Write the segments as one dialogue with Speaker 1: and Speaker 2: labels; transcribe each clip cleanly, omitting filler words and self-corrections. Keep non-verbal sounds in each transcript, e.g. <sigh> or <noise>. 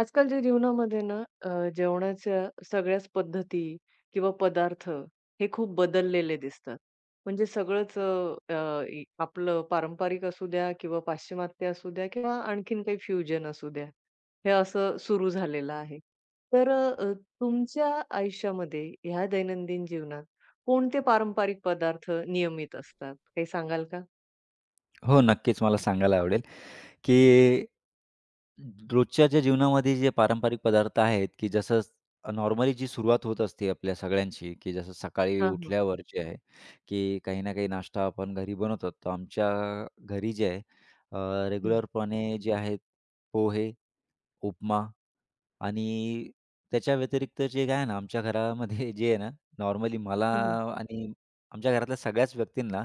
Speaker 1: आजकालच्या जीवनामध्ये ना अ, जेवणाच्या सगळ्याच पद्धती किंवा पदार्थ हे खूप बदललेले दिसतात. म्हणजे सगळंच अ, अ, इ- आपलं पारंपरिक असू द्या किंवा पाश्चिमात्य असू द्या किंवा आणखीन काही फ्युजन असू द्या. हे असं सुरू झालेलं आहे. तर अ, तुमच्या आयुष्यामध्ये ह्या दैनंदिन जीवनात कोणते पारंपरिक पदार्थ नियमित असतात? काही सांगाल का?
Speaker 2: हो, नक्कीच मला सांगायला आवडेल, की रोजच्या ज्या जीवनामध्ये जे पारंपरिक पदार्थ आहेत, की जसं नॉर्मली जी सुरुवात होत असते आपल्या सगळ्यांची, की जसं सकाळी
Speaker 1: हां, हां.
Speaker 2: उठल्यावर जे आहे, की काही ना काही नाश्ता आपण घरी बनवतो. तर आमच्या घरी जे आहे
Speaker 1: हं.
Speaker 2: रेग्युलरपणे जे आहेत पोहे, उपमा आणि त्याच्या व्यतिरिक्त जे काय आहे ना, आमच्या घरामध्ये जे आहे ना, नॉर्मली मला
Speaker 1: हं, हं.
Speaker 2: आणि आमच्या घरातल्या सगळ्याच व्यक्तींना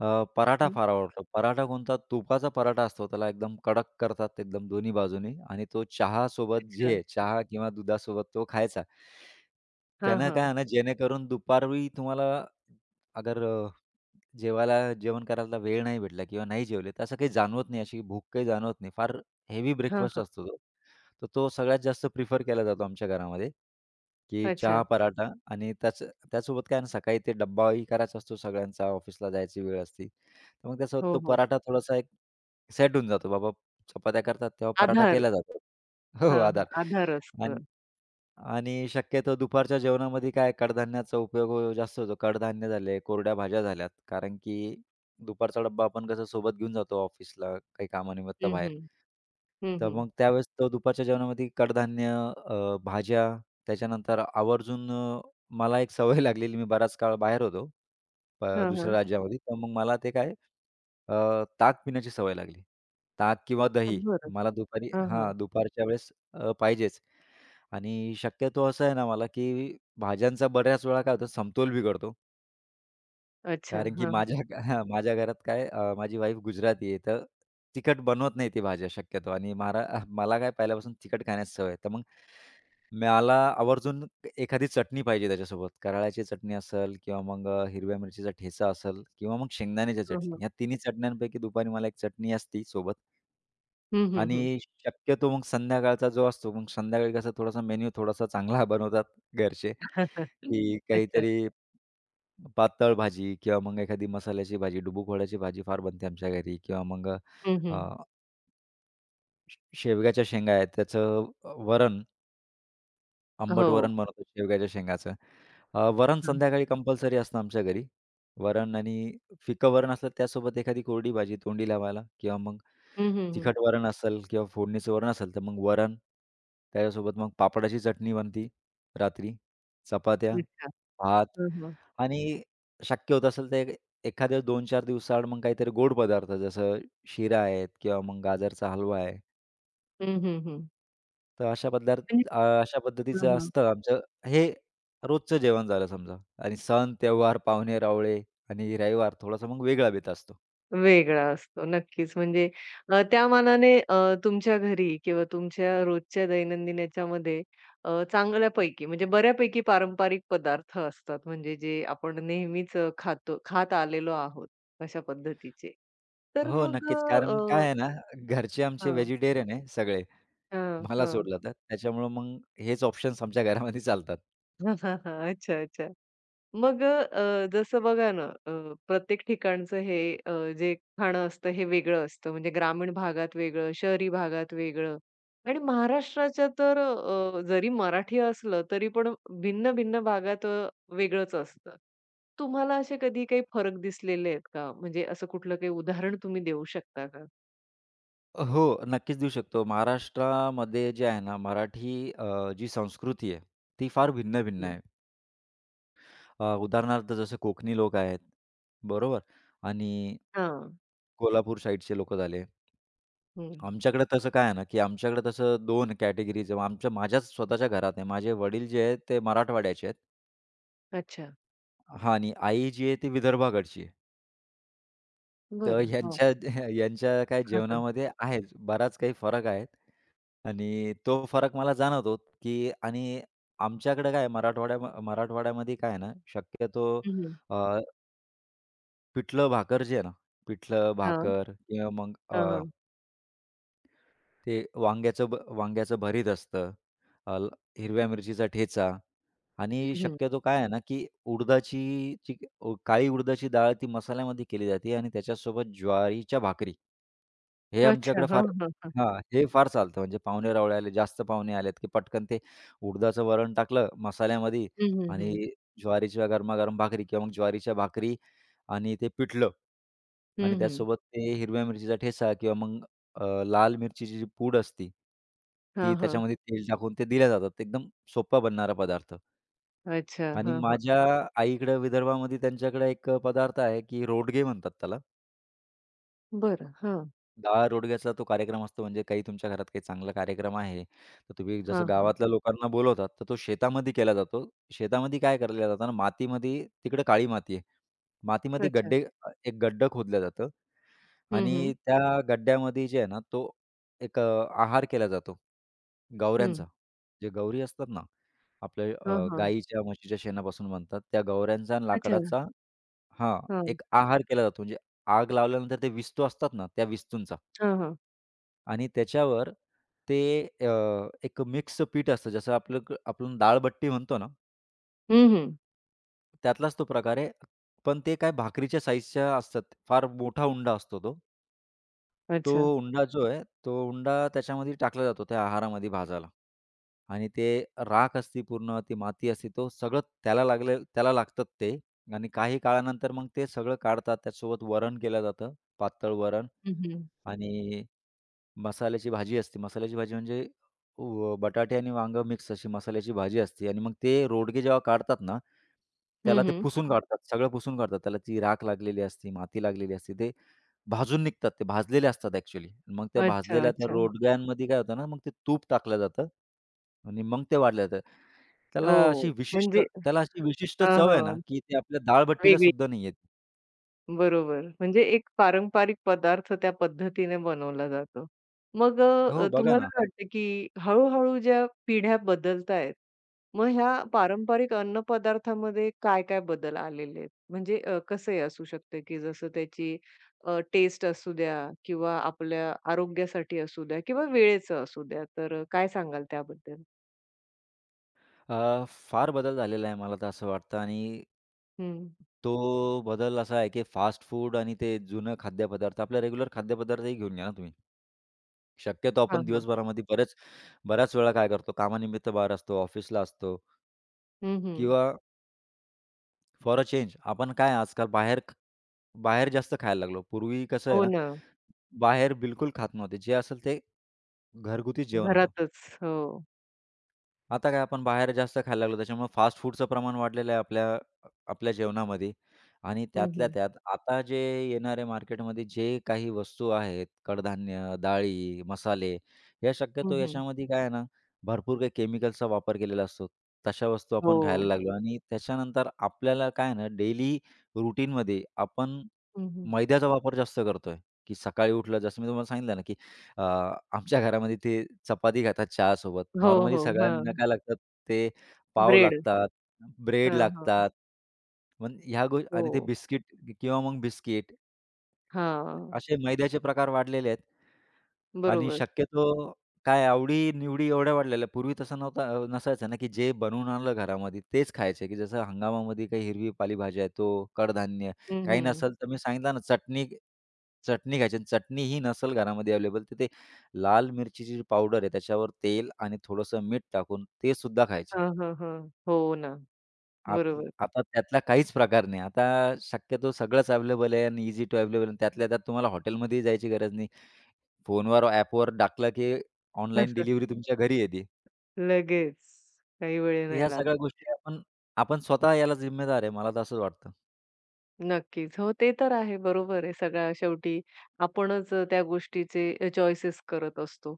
Speaker 2: पराठा फार आवडतो. पराठा कोणता? तुपाचा पराठा असतो. त्याला एकदम कडक करतात एकदम दोन्ही बाजूनी आणि तो चहासोबत
Speaker 1: अच्छा.
Speaker 2: जे चहा किंवा दुधासोबत तो खायचा.
Speaker 1: हां,
Speaker 2: त्यानं काय
Speaker 1: हां.
Speaker 2: आहे ना, जेणेकरून दुपारी तुम्हाला अगर जेवायला जेवण करायला वेळ नाही भेटला किंवा नाही जेवले, तर असं काही जाणवत नाही, अशी भूक काही जाणवत नाही. फार हेवी
Speaker 1: हां,
Speaker 2: ब्रेकफास्ट
Speaker 1: हां.
Speaker 2: असतो तो. तर तो सगळ्यात जास्त प्रिफर केला जातो आमच्या घरामध्ये, की चहा,
Speaker 1: अच्छा.
Speaker 2: पराठा आणि त्याच त्यासोबत काय आहे ना, सकाळी ते डब्बाही करायचा असतो सगळ्यांचा, ऑफिसला जायची वेळ असते. तर मग त्यासोबत
Speaker 1: हो,
Speaker 2: तो
Speaker 1: हो.
Speaker 2: पराठा थोडासा एक सेट होऊन जातो. बाबा चपात्या करतात तेव्हा पराठा
Speaker 1: आधार.
Speaker 2: केला जातो. हो, हो,
Speaker 1: हां,
Speaker 2: आधार.
Speaker 1: हां. आधार असतं.
Speaker 2: आणि आणि शक्यतो दुपारच्या जेवणामध्ये काय कडधान्याचा उपयोग जास्त होतो. कडधान्य झाले, कोरड्या भाज्या झाल्यात. कारण की दुपारचा डब्बा आपण कसं सोबत घेऊन जातो ऑफिसला काही कामानिमित्त
Speaker 1: हं,
Speaker 2: बाहेर.
Speaker 1: हं. हं,
Speaker 2: तर
Speaker 1: हं.
Speaker 2: मग त्यावेळेस तो दुपारच्या जेवणामध्ये कडधान्य, भाज्या, त्याच्यानंतर आवर्जून मला एक सवय लागलेली, मी बराच काळ बाहेर होतो,
Speaker 1: हां,
Speaker 2: दुसऱ्या
Speaker 1: हां.
Speaker 2: राज्यामध्ये. तर मग मला ते काय ताक पिण्याची सवय लागली. ताक किंवा दही
Speaker 1: बरं.
Speaker 2: मला दुपारी
Speaker 1: हां, हां.
Speaker 2: हां, दुपारच्या वेळेस पाहिजेच. आणि शक्यतो असं आहे ना मला, की भाज्यांचा बऱ्याच वेळा काय होतं समतोल बिघडतो.
Speaker 1: अच्छा.
Speaker 2: कारण की
Speaker 1: हां, हां.
Speaker 2: माझ्या हां, माझ्या घरात काय माझी वाईफ गुजराती आहे, तर तिखट बनवत नाही ती भाज्या शक्यतो आणि मला काय पहिल्यापासून तिखट खाण्याची सवय आहे. तर मग मला आवर्जून एखादी चटणी पाहिजे त्याच्यासोबत. कराळ्याची चटणी असेल किंवा मग हिरव्या मिरचीचा ठेचा असेल किंवा मग शेंगदाण्याची
Speaker 1: हां,
Speaker 2: चटणी.
Speaker 1: हां.
Speaker 2: या तिन्ही चटण्यांपैकी दुपारी मला एक चटणी असती सोबत.
Speaker 1: हं, हं, हं.
Speaker 2: आणि शक्यतो मग संध्याकाळचा जो असतो, मग संध्याकाळी कसा थोडासा मेन्यू थोडासा चांगला <laughs> बनवतात घरचे,
Speaker 1: <laughs>
Speaker 2: की
Speaker 1: अच्छा.
Speaker 2: काहीतरी पातळ भाजी किंवा मग एखादी मसाल्याची भाजी, डुबूकवड्याची भाजी फार बनते आमच्या घरी किंवा मग
Speaker 1: हं,
Speaker 2: अ,
Speaker 1: हं.
Speaker 2: शेवग्याच्या शेंगा आहेत त्याचं वरण आंबट
Speaker 1: हो.
Speaker 2: वरण बनवतो शेवग्याच्या शेंगाचं. वरण
Speaker 1: हां,
Speaker 2: संध्याकाळी
Speaker 1: हां.
Speaker 2: कंपल्सरी असतं आमच्या घरी. वरण आणि फिकं वरण असलं त्यासोबत एखादी कोरडी भाजी तोंडी लावायला किंवा मग
Speaker 1: हं, हं, हं.
Speaker 2: तिखट वरण असेल किंवा फोडणीचं वरण असेल तर मग वरण, त्याच्यासोबत मग पापडाची चटणी बनती रात्री, चपात्या,
Speaker 1: अच्छा.
Speaker 2: भात
Speaker 1: हां, हां.
Speaker 2: आणि शक्य होत असेल तर एखाद्या 2-4 दिवसाआड मग काहीतरी गोड पदार्थ जसं शिरा आहेत किंवा मग गाजरचा हलवा आहे.
Speaker 1: हं, हं, हं.
Speaker 2: तर अशा पदार्थ
Speaker 1: म्हणजे
Speaker 2: अशा
Speaker 1: हां,
Speaker 2: पद्धतीचं
Speaker 1: हां.
Speaker 2: असतं आमचं हे रोजचं जेवण झालं समजा आणि सण, त्योहार, पाहुणे-रावळे आणि रविवार थोडासा मग वेगळा बेत असतो.
Speaker 1: वेगळा असतो. नक्कीच. म्हणजे त्या मानाने तुमच्या घरी किंवा तुमच्या रोजच्या दैनंदिन याच्यामध्ये चांगल्यापैकी म्हणजे बऱ्यापैकी पारंपरिक पदार्थ असतात. म्हणजे जे आपण नेहमीच खातो खात आलेलो आहोत अशा पद्धतीचे. तर
Speaker 2: हो,
Speaker 1: मग अ,
Speaker 2: नक्कीच. कारण काय
Speaker 1: अ,
Speaker 2: आहे ना, घरचे आमचे
Speaker 1: हां,
Speaker 2: व्हेजिटेरियन आहे सगळे.
Speaker 1: हां,
Speaker 2: मला
Speaker 1: हां.
Speaker 2: सोडलं तर. त्याच्यामुळं मग हेच ऑप्शन्स आमच्या घरामध्ये चालतात.
Speaker 1: <laughs> अच्छा, अच्छा. जसं बघा ना, प्रत्येक ठिकाणचं हे अ, जे खाणं असतं हे वेगळं असतं. म्हणजे ग्रामीण भागात वेगळं, शहरी भागात वेगळं आणि महाराष्ट्राच्या तर जरी मराठी असलं तरी पण भिन्न-भिन्न भागात वेगळंच असतं. तुम्हाला असे कधी काही फरक दिसलेले आहेत का? म्हणजे असं कुठलं काही उदाहरण तुम्ही देऊ शकता का?
Speaker 2: हो, नक्कीच देऊ शकतो. महाराष्ट्रामध्ये जे आहे ना, मराठी जी संस्कृती आहे, ती फार भिन्न-भिन्न
Speaker 1: हं,
Speaker 2: आहे. उदाहरणार्थ जसे कोकणी लोक आहेत, बरोबर? आणि
Speaker 1: हा हां.
Speaker 2: कोल्हापूर साइडचे लोक झाले.
Speaker 1: हं.
Speaker 2: आमच्याकडे तसं काय आहे ना, की आमच्याकडे तसं दोन कॅटेगरीज आहे. आमच्या माझ्याच स्वतःच्या घरात आहे. माझे वडील जे आहेत ते मराठवाड्याचे आहेत.
Speaker 1: अच्छा.
Speaker 2: हां आणि आई जी आहे ती विदर्भाकडची आहे. तर
Speaker 1: बरं. हो.
Speaker 2: यांच्या <laughs> यांच्या काय
Speaker 1: हां, हां.
Speaker 2: जेवणामध्ये आहेच बराच काही फरक आहेत आणि तो फरक मला जाणवतो, की आणि आमच्याकडे काय आहे मराठवाड्यामध्ये काय आहे ना, शक्यतो
Speaker 1: हं, हं.
Speaker 2: पिठलं भाकर जे आहे ना, पिठलं
Speaker 1: हां.
Speaker 2: भाकर किंवा मग
Speaker 1: हां, हां.
Speaker 2: ते वांग्याचं भरीत असतं. अ, ल- हिरव्या मिरचीचा ठेचा आणि
Speaker 1: हं, हं.
Speaker 2: शक्यतो काय आहे ना, की उडदाची जी काळी उडदाची डाळ ती मसाल्यामध्ये केली जाते आणि त्याच्यासोबत ज्वारीच्या भाकरी. हे
Speaker 1: अच्छा.
Speaker 2: आमच्याकडे
Speaker 1: हां,
Speaker 2: फार
Speaker 1: हां, हां.
Speaker 2: हां, हे फार चालतं. म्हणजे पाहुणे-रावळे आले, जास्त पाहुणे आलेत, की पटकन ते उडदाचं वरण टाकलं मसाल्यामध्ये
Speaker 1: हं, हं,
Speaker 2: आणि
Speaker 1: हं.
Speaker 2: ज्वारीच्या गरमागरम भाकरी किंवा मग ज्वारीच्या भाकरी आणि ते पिठलं. आणि
Speaker 1: हं, हं.
Speaker 2: त्याचसोबत ते हिरव्या मिरचीचा ठेचा किंवा मग लाल मिरचीची जी पूड असती, ती
Speaker 1: हां, हां.
Speaker 2: त्याच्यामध्ये तेल टाकून ते दिल्या जातात. एकदम सोप्पा बनणारा पदार्थ.
Speaker 1: अच्छा.
Speaker 2: आणि
Speaker 1: हां, हां.
Speaker 2: माझ्या आईकडं विदर्भामध्ये त्यांच्याकडे एक पदार्थ आहे, की रोडगे म्हणतात त्याला.
Speaker 1: बरं. हां.
Speaker 2: डाळ रोडग्याचा तो कार्यक्रम असतो. म्हणजे काही तुमच्या घरात काही चांगला कार्यक्रम आहे, तर तुम्ही जसं
Speaker 1: हां, हां.
Speaker 2: गावातल्या लोकांना बोलवतात, तर तो शेतामध्ये केला जातो. शेतामध्ये काय केल्या जातं ना, मातीमध्ये तिकडे काळी माती आहे. मातीमध्ये
Speaker 1: अच्छा.
Speaker 2: गड्डे एक गड्डं खोदलं जातं
Speaker 1: हं, हं.
Speaker 2: आणि त्या गड्ड्यामध्ये जे आहे ना, तो एक आहार केला जातो
Speaker 1: हं.
Speaker 2: गवऱ्यांचा. जे गौरी असतात ना, आपल्या
Speaker 1: हां, हां.
Speaker 2: गाईच्या, म्हशीच्या शेणापासून बनतात. त्या गवऱ्यांचा आणि
Speaker 1: अच्छा.
Speaker 2: लाकडाचा हां,
Speaker 1: हां.
Speaker 2: एक आहार केला जातो. म्हणजे आग लावल्यानंतर ते विस्तू असतात ना, त्या विस्तूंचा
Speaker 1: हां, हां.
Speaker 2: आणि त्याच्यावर ते एक मिक्स पीठ असतं. जसं आपलं आपण डाळबट्टी म्हणतो ना,
Speaker 1: हं, हं.
Speaker 2: त्यातलाच तो प्रकार आहे. पण ते काय भाकरीच्या साइजच्या असतात. फार मोठा उंडा असतो तो. तो
Speaker 1: अच्छा.
Speaker 2: उंडा जो आहे, तो उंडा त्याच्यामध्ये टाकला जातो त्या आहारामध्ये भाजायला आणि ते राख असते पूर्ण, ती माती असते, तो सगळं त्याला लागतात ते आणि काही काळानंतर मग ते सगळं काढतात. त्यासोबत वरण केलं जातं, पातळ वरण
Speaker 1: हं, हं.
Speaker 2: आणि मसाल्याची भाजी असते. मसाल्याची भाजी म्हणजे बटाटे आणि वांगं मिक्स अशी मसाल्याची भाजी असते आणि मग ते रोडगे जेव्हा काढतात ना,
Speaker 1: हं,
Speaker 2: त्याला ते
Speaker 1: हं.
Speaker 2: पुसून हां, काढतात. सगळं पुसून काढतात. त्याला ती राख लागलेली असते, माती लागलेली असते. ते भाजून निघतात. ते भाजलेले असतात ॲक्चुअली. मग त्या
Speaker 1: अच्छा,
Speaker 2: भाजलेल्या त्या
Speaker 1: अच्छा.
Speaker 2: रोडग्यांमध्ये काय होतं ना, मग ते तूप टाकलं जातं आणि मग ते वाढलं जातं. त्याला
Speaker 1: ओह!
Speaker 2: अशी विशिष्ट
Speaker 1: म्हणजे
Speaker 2: त्याला अशी विशिष्ट
Speaker 1: हां,
Speaker 2: चव आहे
Speaker 1: हां.
Speaker 2: ना, की ती आपल्या डाळ भट्टीला
Speaker 1: वेगळी
Speaker 2: सुद्धा नाही येत.
Speaker 1: बरोबर. म्हणजे एक पारंपरिक पदार्थ त्या पद्धतीने बनवला जातो. मग अ,
Speaker 2: हो,
Speaker 1: हं.
Speaker 2: बघा
Speaker 1: तुम्हाला
Speaker 2: ना.
Speaker 1: काय वाटतं, की हळू-हळू ज्या पिढ्या बदलतायत, मग ह्या पारंपरिक अन्नपदार्थामध्ये काय-काय बदल आलेले आहेत? म्हणजे कसंही असू शकतं, की जसं त्याची टेस्ट असू द्या किंवा आपल्या आरोग्यासाठी असू द्या किंवा वेळेचं असू द्या. तर काय सांगाल त्याबद्दल?
Speaker 2: फार बदल झालेला आहे मला तर असं वाटतं आणि
Speaker 1: हं.
Speaker 2: तो बदल असा आहे की फास्ट फूड आणि ते जुनं खाद्यपदार्थ आपल्या रेग्युलर खाद्यपदार्थही घेऊन घ्या ना तुम्ही. शक्यतो
Speaker 1: हां,
Speaker 2: आपण
Speaker 1: हां.
Speaker 2: दिवसभरामध्ये बऱ्याच वेळा काय करतो, कामानिमित्त बाहेर असतो, ऑफिसला असतो.
Speaker 1: हं, हं.
Speaker 2: किंवा फॉर अ चेंज आपण काय आजकाल बाहेर जास्त खायला लागलो. पूर्वी कसं आहे
Speaker 1: हो
Speaker 2: ना,
Speaker 1: ना.
Speaker 2: बाहेर बिलकुल खात नव्हते. जे असेल ते घरगुती जेवण होतं.
Speaker 1: घरातच. हो.
Speaker 2: आता काय आपण बाहेर जास्त खायला लागलो, त्याच्यामुळे फास्ट फूडचं प्रमाण वाढलेलं आहे आपल्या जेवणामध्ये आणि
Speaker 1: हं,
Speaker 2: त्यातल्या
Speaker 1: हं.
Speaker 2: त्यात आता जे येणारे मार्केटमध्ये जे काही वस्तू आहेत, कडधान्य, डाळी, मसाले या
Speaker 1: हं,
Speaker 2: शक्यतो
Speaker 1: हं.
Speaker 2: याच्यामध्ये काय आहे ना, भरपूर काही केमिकल्सचा वापर केलेला असतो. तशा वस्तू
Speaker 1: हो.
Speaker 2: आपण खायला लागलो आणि त्याच्यानंतर आपल्याला काय आहे ना, डेली रूटीनमध्ये आपण
Speaker 1: हं,
Speaker 2: मैद्याचा वापर जास्त करतोय, की सकाळी उठलं जसं मी तुम्हाला सांगितलं ना, की अ, आमच्या घरामध्ये ते चपाती खातात चहासोबत.
Speaker 1: हो,
Speaker 2: नॉर्मली
Speaker 1: हो.
Speaker 2: सगळ्यांना
Speaker 1: हां.
Speaker 2: काय लागतात ते पाव
Speaker 1: ब्रेड.
Speaker 2: लागतात, ब्रेड
Speaker 1: हां, हां.
Speaker 2: लागतात. मग ह्या
Speaker 1: हो.
Speaker 2: आणि ते बिस्किट किंवा मग बिस्किट
Speaker 1: हां.
Speaker 2: असे मैद्याचे प्रकार वाढलेले आहेत. आणि
Speaker 1: बरोबर.
Speaker 2: शक्यतो काय आवडी-निवडी एवढ्या वाढलेल्या. पूर्वी तसं नसायचं ना, की जे बनवून आणलं घरामध्ये तेच खायचे, की जसं हंगामामध्ये काही हिरवी पालेभाज्या आहे, तो कडधान्य.
Speaker 1: हं,
Speaker 2: काही
Speaker 1: हं.
Speaker 2: नसेल तर मी सांगितलं ना, चटणी चटणी खायची आणि चटणी ही नसेल घरामध्ये अवेलेबल, तर ते लाल मिरचीची जी पावडर आहे, त्याच्यावर तेल आणि थोडंसं मीठ टाकून ते सुद्धा खायचे.
Speaker 1: हां, हां, हां. हो ना.
Speaker 2: आप
Speaker 1: बरोबर.
Speaker 2: आता त्यातला काहीच प्रकार नाही. आता शक्यतो सगळंच अवेलेबल आहे आणि ईझी टू अवेलेबल त्यातल्या त्यात तुम्हाला हॉटेलमध्येही जायची गरज नाही. फोनवर, ॲपवर टाकलं, की ऑनलाईन डिलिव्हरी
Speaker 1: <laughs>
Speaker 2: तुमच्या घरी येते.
Speaker 1: लगेच. काही वेळ
Speaker 2: ह्या
Speaker 1: नाही लागत.
Speaker 2: सगळ्या गोष्टी आपण आपण स्वतः याला जिम्मेदार आहे. मला तर असंच वाटतं.
Speaker 1: नक्कीच. हो, ते तर आहे. बरोबर आहे. सगळ्या शेवटी आपणच त्या गोष्टीचे चॉईसेस करत असतो.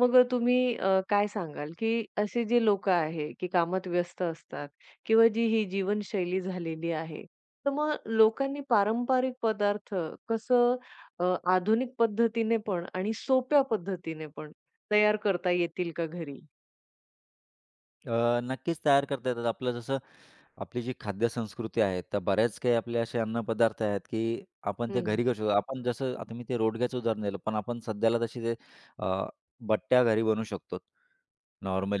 Speaker 1: मग तुम्ही काय सांगाल, की असे जे लोकं आहे, की कामात व्यस्त असतात किंवा जी ही जीवनशैली झालेली आहे, तर मग लोकांनी पारंपरिक पदार्थ कसं आधुनिक पद्धतीने पण आणि सोप्या पद्धतीने पण तयार करता येतील का घरी?
Speaker 2: नक्कीच तयार करता येतात. आपलं जसं आपली जी खाद्यसंस्कृती आहे, त्या बऱ्याच काही आपले असे अन्नपदार्थ आहेत, की आपण ते
Speaker 1: हं.
Speaker 2: घरी करू शकतो. आपण जसं आता मी ते रोडग्याचं उदाहरण दिलं, पण आपण सध्याला तशी ते अ, बट्ट्या घरी बनवू शकतो.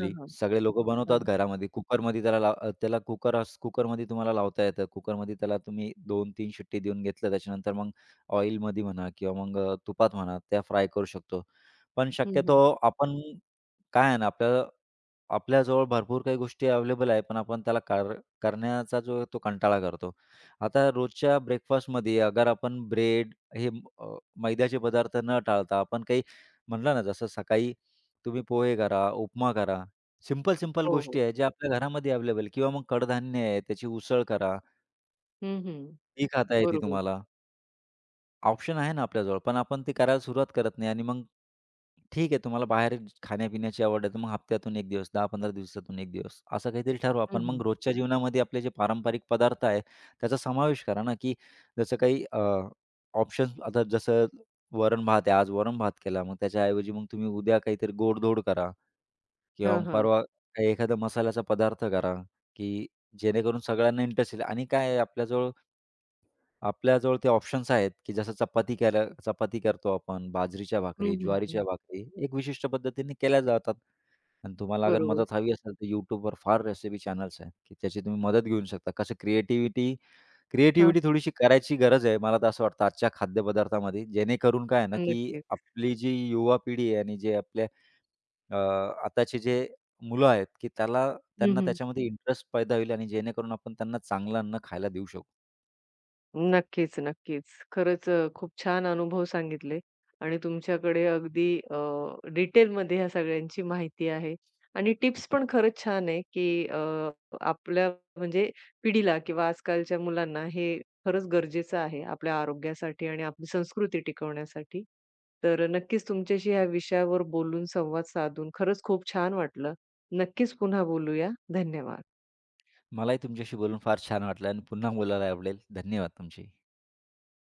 Speaker 1: हां, हां.
Speaker 2: सगळे लोकं बनवतात
Speaker 1: हां.
Speaker 2: घरामध्ये. कुकरमध्ये त्याला लाव अ, त्याला कुकर अस कुकरमध्ये तुम्हाला लावता येतं. कुकरमध्ये त्याला तुम्ही 2-3 शिट्टी देऊन घेतलं, त्याच्यानंतर मग ऑइलमध्ये म्हणा किंवा मग तुपात म्हणा, त्या फ्राय करू शकतो. पण
Speaker 1: हं,
Speaker 2: शक्यतो
Speaker 1: हं.
Speaker 2: आपण काय आहे ना, आपल्याजवळ भरपूर काही गोष्टी अवेलेबल आहे, पण आपण त्याला करण्याचा जो तो कंटाळा करतो. आता रोजच्या ब्रेकफास्टमध्ये अगर आपण ब्रेड हे अ, मैद्याचे पदार्थ न टाळता आपण काही म्हटलं ना, जसं सकाळी तुम्ही पोहे करा, उपमा करा. सिंपल-सिंपल
Speaker 1: हो,
Speaker 2: गोष्टी
Speaker 1: हो.
Speaker 2: आहेत, ज्या आपल्या घरामध्ये अवेलेबल किंवा मग कडधान्य आहे, त्याची उसळ करा.
Speaker 1: हं, हं.
Speaker 2: ती खाता येते
Speaker 1: बरोबर.
Speaker 2: तुम्हाला. ऑप्शन आहे ना आपल्याजवळ, पण आपण ते करायला सुरुवात करत नाही आणि मग ठीक आहे तुम्हाला बाहेर खाण्यापिण्याची आवड आहे, तर मग हप्त्यातून 1 दिवस, 10-15 दिवसातून 1 दिवस असं काहीतरी ठरवा.
Speaker 1: हं,
Speaker 2: पण मग
Speaker 1: हं.
Speaker 2: रोजच्या जीवनामध्ये आपले जे पारंपरिक पदार्थ आहे, त्याचा समावेश करा ना, की जसं काही आता जसं वरण-भात आहे, आज वरण-भात केला, मग त्याच्याऐवजी मग तुम्ही उद्या काहीतरी गोडधोड करा किंवा
Speaker 1: हां,
Speaker 2: मग
Speaker 1: हां.
Speaker 2: परवा काही एखादा मसाल्याचा पदार्थ करा, की जेणेकरून सगळ्यांना इंटरेस्ट येईल आणि काय आहे आपल्याजवळ आपल्याजवळ ते ऑप्शन्स आहेत, की जसं चपाती करतो आपण, बाजरीच्या भाकरी,
Speaker 1: हं,
Speaker 2: ज्वारीच्या
Speaker 1: हं.
Speaker 2: भाकरी, एक विशिष्ट पद्धतीने केल्या जातात. आणि तुम्हाला अगर
Speaker 1: बरोबर.
Speaker 2: मदत हवी असेल, तर YouTubeवर फार रेसिपी चॅनल्स आहेत, की त्याची तुम्ही मदत घेऊ शकता. कसं क्रिएटिव्हिटी
Speaker 1: हां.
Speaker 2: क्रिएटिव्हिटी थोडीशी करायची गरज आहे, मला तर असं वाटतं आजच्या खाद्यपदार्थामध्ये. जेणेकरून काय आहे ना, की
Speaker 1: नक्कीच.
Speaker 2: आपली जी युवा पिढी आहे आणि जे आपल्या अ, आताचे जे मुलं आहेत, की
Speaker 1: हं,
Speaker 2: त्यांना
Speaker 1: हं.
Speaker 2: त्याच्यामध्ये इंटरेस्ट पैदा होईल आणि जेणेकरून आपण त्यांना चांगलं अन्न खायला देऊ शकू.
Speaker 1: नक्कीच, नक्कीच. खरंच खूप छान अनुभव सांगितले आणि तुमच्याकडे अगदी डिटेलमध्ये ह्या सगळ्यांची माहिती आहे आणि टिप्स पण खरंच छान आहे, की आपल्या म्हणजे पिढीला किंवा आजकालच्या मुलांना हे खरंच गरजेचं आहे आपल्या आरोग्यासाठी आणि आपली संस्कृती टिकवण्यासाठी. तर नक्कीच तुमच्याशी ह्या विषयावर बोलून, संवाद साधून खरंच खूप छान वाटलं. नक्कीच पुन्हा बोलूया. धन्यवाद.
Speaker 2: मलाही तुमच्याशी बोलून फार छान वाटलं आणि पुन्हा बोलायला आवडेल. धन्यवाद तुमचे.